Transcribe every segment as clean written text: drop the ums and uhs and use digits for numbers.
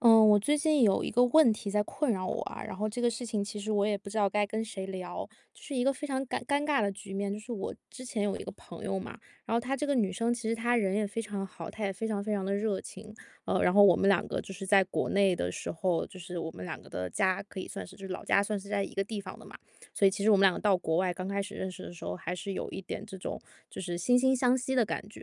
嗯，我最近有一个问题在困扰我啊，然后这个事情其实我也不知道该跟谁聊，就是一个非常尴尬的局面。就是我之前有一个朋友嘛，然后她这个女生其实她人也非常好，她也非常非常的热情，然后我们两个就是在国内的时候，就是我们两个的家可以算是就是老家算是在一个地方的嘛，所以其实我们两个到国外刚开始认识的时候，还是有一点这种就是惺惺相惜的感觉。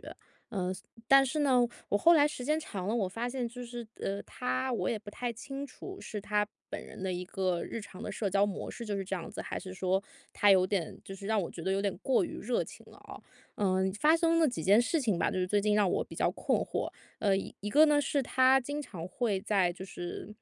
嗯、但是呢，我后来时间长了，我发现就是，他我也不太清楚是他本人的一个日常的社交模式就是这样子，还是说他有点就是让我觉得有点过于热情了啊。嗯，发生了几件事情吧，就是最近让我比较困惑。一个呢是他经常会在就是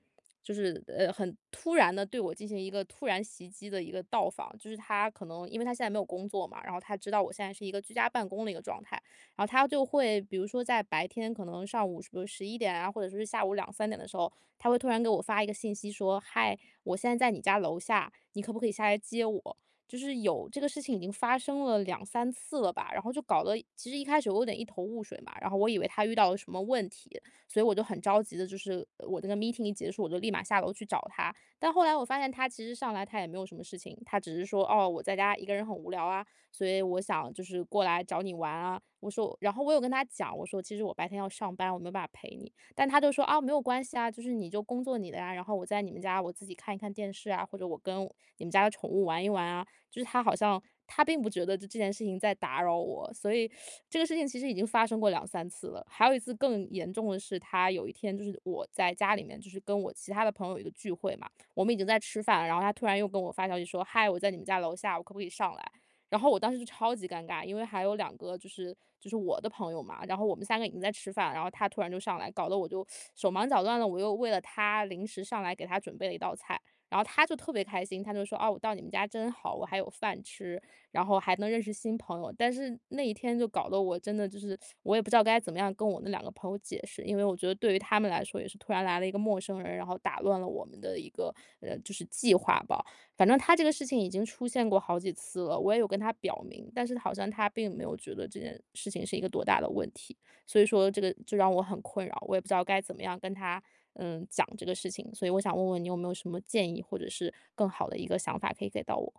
很突然的对我进行一个突然袭击的一个到访，就是他可能因为他现在没有工作嘛，然后他知道我现在是一个居家办公的一个状态，然后他就会比如说在白天可能上午是不是11点啊，或者说是下午两三点的时候，他会突然给我发一个信息说："嗨，我现在在你家楼下，你可不可以下来接我？"就是有这个事情已经发生了两三次了吧，然后就搞得其实一开始我有点一头雾水嘛，然后我以为他遇到了什么问题，所以我就很着急的，我那个 meeting 一结束，我就立马下楼去找他。但后来我发现他其实上来他也没有什么事情，他只是说："哦，我在家一个人很无聊啊。"所以我想就是过来找你玩啊。我说，然后我有跟他讲，我说其实我白天要上班，我没有办法陪你，但他就说啊，没有关系啊，就是你就工作你的呀、然后我在你们家我自己看一看电视啊，或者我跟你们家的宠物玩一玩啊，就是他好像他并不觉得就这件事情在打扰我，所以这个事情其实已经发生过两三次了。还有一次更严重的是，他有一天就是我在家里面就是跟我其他的朋友有一个聚会嘛，我们已经在吃饭了，然后他突然又跟我发消息说，嗨，我在你们家楼下，我可不可以上来？然后我当时就超级尴尬，因为还有两个就是我的朋友嘛，然后我们三个已经在吃饭，然后他突然就上来，搞得我就手忙脚乱的。我又为了他临时上来给他准备了一道菜，然后他就特别开心，他就说："哦，我到你们家真好，我还有饭吃，然后还能认识新朋友。"但是那一天就搞得我真的就是我也不知道该怎么样跟我那两个朋友解释，因为我觉得对于他们来说也是突然来了一个陌生人，然后打乱了我们的一个就是计划吧。反正他这个事情已经出现过好几次了，我也有跟他表明，但是好像他并没有觉得这件事情是一个多大的问题，所以说这个就让我很困扰，我也不知道该怎么样跟他讲这个事情，所以我想问问你有没有什么建议，或者是更好的一个想法可以给到我？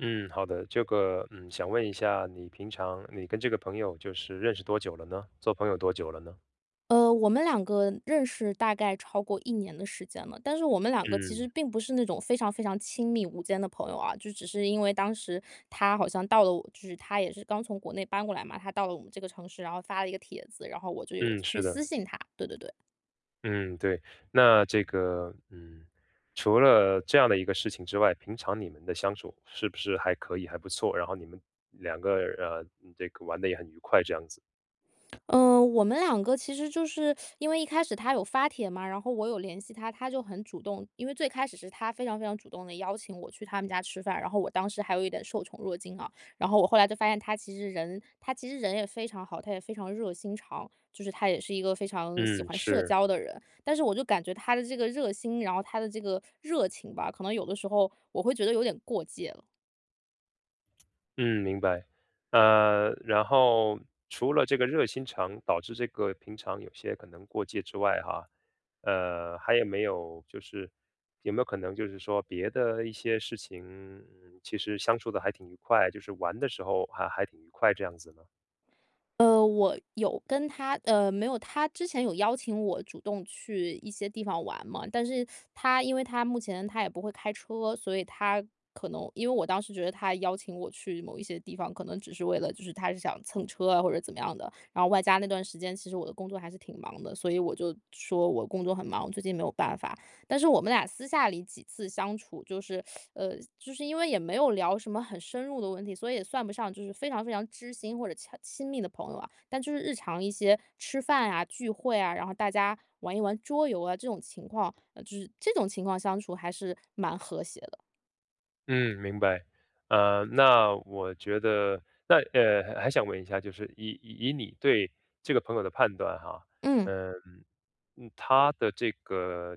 嗯，好的，这个，想问一下，你平常这个朋友就是认识多久了呢？做朋友多久了呢？我们两个认识大概超过一年的时间了，但是我们两个其实嗯并不是那种非常非常亲密无间的朋友啊，就只是因为当时他好像到了我就是他也是刚从国内搬过来嘛，他到了我们这个城市，然后发了一个帖子，然后我就有嗯，去是的，私信他，对对对。嗯，对，那这个，除了这样的一个事情之外，平常你们的相处是不是还可以，还不错？然后你们两个嗯这个玩的也很愉快，这样子。嗯，我们两个其实就是因为一开始他有发帖嘛，然后我有联系他，他就很主动。因为最开始是他非常非常主动的邀请我去他们家吃饭，然后我当时还有一点受宠若惊啊。然后我后来就发现他其实人，他其实人也非常好，他也非常热心肠，就是他也是一个非常喜嗯，欢社是。交的人。但是我就感觉他的这个热心，然后他的这个热情吧，可能有的时候我会觉得有点过界了。嗯，明白。然后除了这个热心肠导致这个平常有些可能过界之外，哈，还有没有有没有可能就是说别的一些事情，嗯，其实相处的还挺愉快，就是玩的时候还挺愉快这样子呢？呃，我有跟他呃，没有，他之前有邀请我主动去一些地方玩嘛，但是他因为他目前他也不会开车，所以他可能因为我当时觉得他邀请我去某一些地方，可能只是为了就是他是想蹭车啊或者怎么样的。然后外加那段时间，其实我的工作还是挺忙的，所以我就说我工作很忙，最近没有办法。但是我们俩私下里几次相处，就是，就是因为也没有聊什么很深入的问题，所以也算不上就是非常非常知心或者亲密的朋友啊。但就是日常一些吃饭啊、聚会啊，然后大家玩一玩桌游啊，这种情况，就是这种情况相处还是蛮和谐的。嗯，明白。那我觉得，那还想问一下，就是以你对这个朋友的判断哈，嗯。嗯嗯，他的这个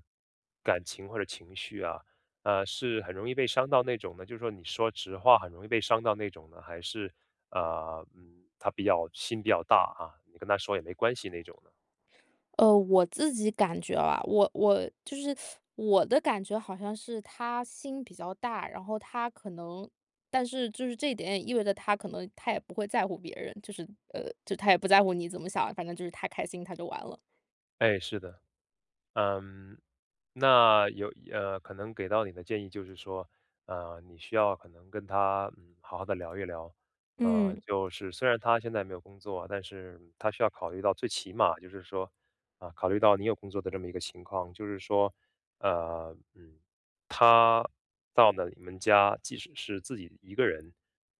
感情或者情绪啊，是很容易被伤到那种呢？就是说，你说直话很容易被伤到那种呢，还是他比较心比较大啊，你跟他说也没关系那种呢？我自己感觉啊，我就是我的感觉好像是他心比较大，然后他可能，但是就是这一点也意味着他可能他也不会在乎别人，就是就他也不在乎你怎么想，反正就是他开心他就完了。哎，是的，嗯，那有可能给到你的建议就是说，你需要可能跟他嗯好好的聊一聊，嗯就是虽然他现在没有工作，但是他需要考虑到最起码就是说，啊、考虑到你有工作的这么一个情况，就是说，呃，嗯，他到了你们家，即使是自己一个人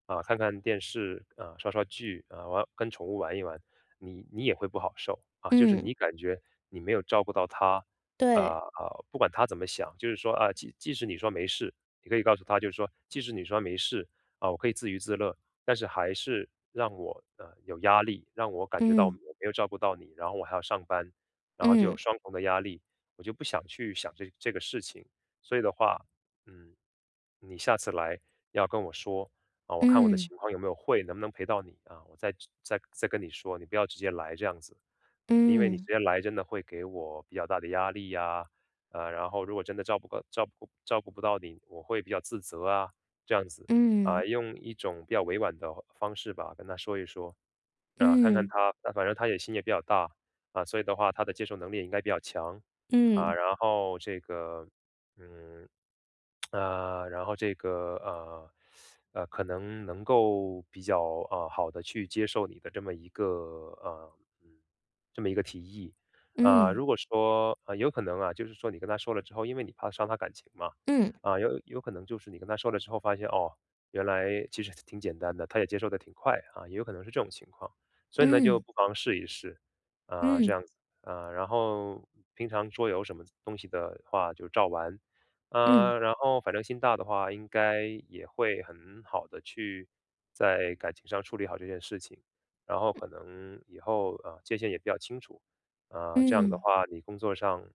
啊、看看电视啊、刷刷剧啊、跟宠物玩一玩，你也会不好受啊，就是嗯，你感觉你没有照顾到他啊对，啊！不管他怎么想，就是说啊，即使你说没事，你可以告诉他，就是说，即使你说没事啊，我可以自娱自乐，但是还是让我有压力，让我感觉到我嗯没有照顾到你，然后我还要上班，然后就有嗯双重的压力，我就不想去想这个事情。所以的话，嗯，你下次来要跟我说啊，我看我的嗯情况有没有会，能不能陪到你啊，我再跟你说，你不要直接来这样子。因为你直嗯接来真的会给我比较大的压力呀，然后如果真的照顾不到你，我会比较自责啊，这样子嗯啊，用一种比较委婉的方式吧，跟他说一说，啊，看嗯看嗯。他，那反正他也心也比较大啊，所以的话，他的接受能力也应该比较强啊，嗯然后这个，嗯，然后这个，可能能够比较好的去接受你的这么一个呃嗯这么一个提议。啊、嗯如果说啊、有可能啊，就是说你跟他说了之后，因为你怕伤他感情嘛，嗯啊、有可能就是你跟他说了之后，发现哦，原来其实挺简单的，他也接受的挺快啊，也有可能是这种情况，所以呢，就嗯不妨试一试啊、这样子啊、然后平常桌游什么东西的话，就照玩嗯啊，然后反正心大的话，应该也会很好的去在感情上处理好这件事情，然后可能以后啊，界限也比较清楚，啊，这样的嗯话你工作上，嗯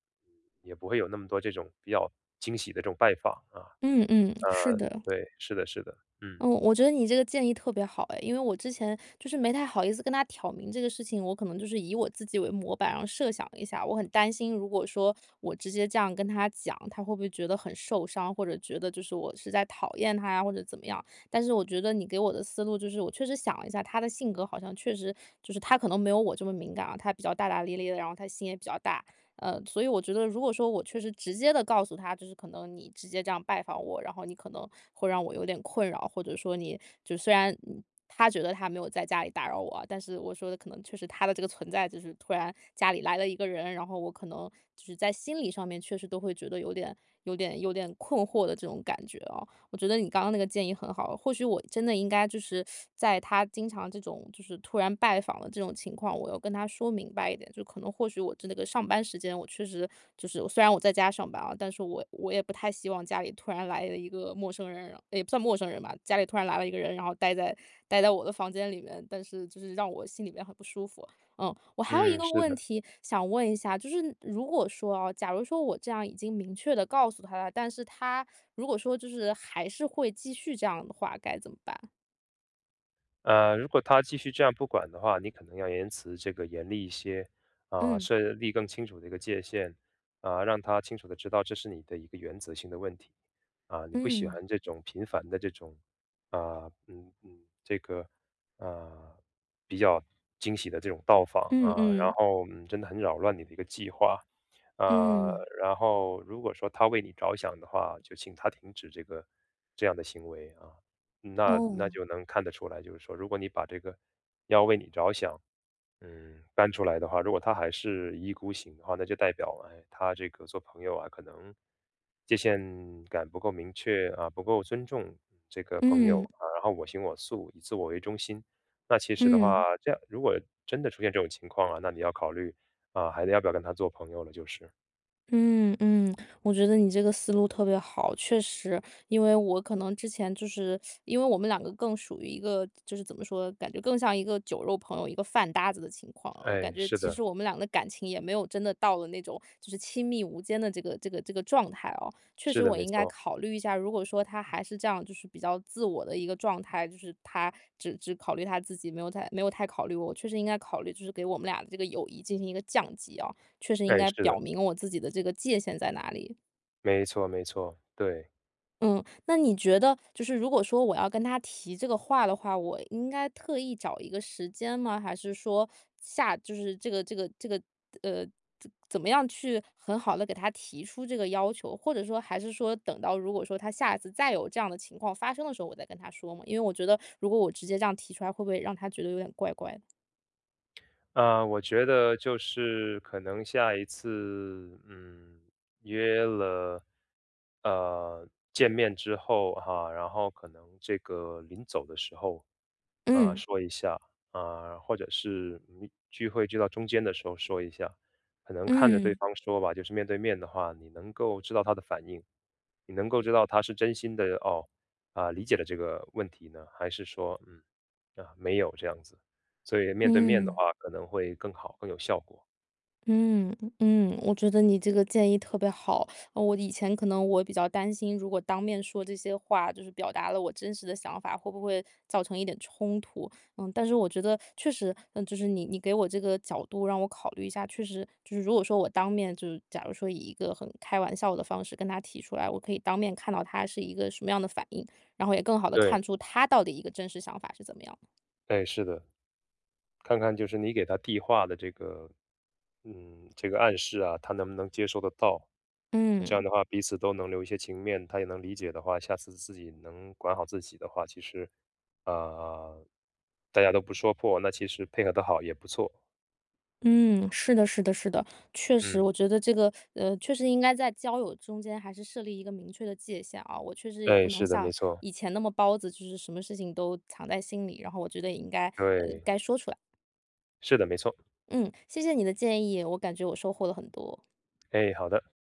也不会有那么多这种比较惊喜的这种拜访啊，嗯嗯，是的。对，是的是的，嗯，嗯，我觉得你这个建议特别好哎，因为我之前就是没太好意思跟他挑明这个事情，我可能就是以我自己为模板，然后设想一下，我很担心，如果说我直接这样跟他讲，他会不会觉得很受伤，或者觉得就是我是在讨厌他呀，或者怎么样？但是我觉得你给我的思路就是，我确实想了一下，他的性格好像确实就是他可能没有我这么敏感啊，他比较大大咧咧的，然后他心也比较大，所以我觉得如果说我确实直接的告诉他，就是可能你直接这样拜访我，然后你可能会让我有点困扰，或者说你就虽然他觉得他没有在家里打扰我啊但是我说的可能确实他的这个存在，就是突然家里来了一个人，然后我可能就是在心理上面确实都会觉得有点困惑的这种感觉啊。我觉得你刚刚那个建议很好，或许我真的应该就是在他经常这种就是突然拜访的这种情况，我要跟他说明白一点，就可能或许我这那个上班时间，我确实就是虽然我在家上班啊，但是我也不太希望家里突然来了一个陌生人，然后也不算陌生人吧，家里突然来了一个人，然后待在我的房间里面，但是就是让我心里面很不舒服。嗯，我还有一嗯，个是问的。题想问一下，就是如果说啊，假如说我这样已经明确的告诉他了，但是他如果说就是还是会继续这样的话，该怎么办？如果他继续这样不管的话，你可能要言辞这个严厉一些啊，嗯。设立更清楚的一个界限啊，让他清楚的知道这是你的一个原则性的问题啊，你不喜嗯欢这种频繁的这种啊，嗯嗯，这个啊比较惊喜的这种到访嗯啊，然嗯后嗯，真的很扰乱你的一个计划啊，嗯，然后如果说他为你着想的话，就请他停止这样的行为啊。那哦，那就能看得出来，就是说，如果你把这个要为你着想，嗯，搬出来的话，如果他还是一意孤行的话，那就代表，哎，他这个做朋友啊，可能界限感不够明确啊，不够尊重这个朋友嗯啊，然后我行我素，以自我为中心。那其实的嗯。话，这样如果真的出现这种情况啊，那你要考虑啊，还得要不要跟他做朋友了，就是。嗯嗯，我觉得你这个思路特别好，确实，因为我可能之前就是因为我们两个更属于一个，就是怎么说，感觉更像一个酒肉朋友、一个饭搭子的情况啊，我感哎，觉是其实的，我们俩的感情也没有真的到了那种就是亲密无间的这个状态哦。确实，是的，我没应该错，考虑一下，如果说他还是这样，就是比较自我的一个状态，就是他只考虑他自己，没有太考虑我，我确实应该考虑，就是给我们俩的这个友谊进行一个降级哦。确实应哎，该是表的，明我自己的这个界限在哪里。没错，没错，对。嗯，那你觉得就是如果说我要跟他提这个话的话，我应该特意找一个时间吗？还是说下就是这个呃，怎么样去很好的给他提出这个要求？或者说还是说等到如果说他下一次再有这样的情况发生的时候，我再跟他说嘛？因为我觉得如果我直接这样提出来，会不会让他觉得有点怪怪的？啊，我觉得就是可能下一次，嗯，约了，见面之后哈，然后可能这个临走的时候，啊、嗯说一下啊、或者是嗯聚会聚到中间的时候说一下，可能看着对嗯方说吧，就是面对面的话，你能够知道他的反应，你能够知道他是真心的哦，啊、理解了这个问题呢，还是说嗯啊、没有这样子。所以面对面的嗯。话可能会更好、更有效果。嗯嗯，我觉得你这个建议特别好。我以前可能我比较担心，如果当面说这些话，就是表达了我真实的想法，会不会造成一点冲突？嗯，但是我觉得确实，嗯，就是你给我这个角度让我考虑一下，确实就是如果说我当面就是假如说以一个很开玩笑的方式跟他提出来，我可以当面看到他是一个什么样的反应，然后也更好的对，看出他到底一个真实想法是怎么样的哎，是的，看看就是你给他递话的这个，嗯，这个暗示啊，他能不能接受得到？那这样嗯。的话，彼此都能留一些情面，他也能理解的话，下次自己能管好自己的话，其实，啊、大家都不说破，那其实配合的好也不错。嗯，是的，是的，是的，确实，嗯，我觉得这个，确实应该在交友中间还是设立一个明确的界限啊。我确实也不哎，能是的，没像错，以前那么包子，就是什么事情都藏在心里，然后我觉得也应该，对，该说出来。是的，没错。嗯，谢谢你的建议，我感觉我收获了很多。哎，好的。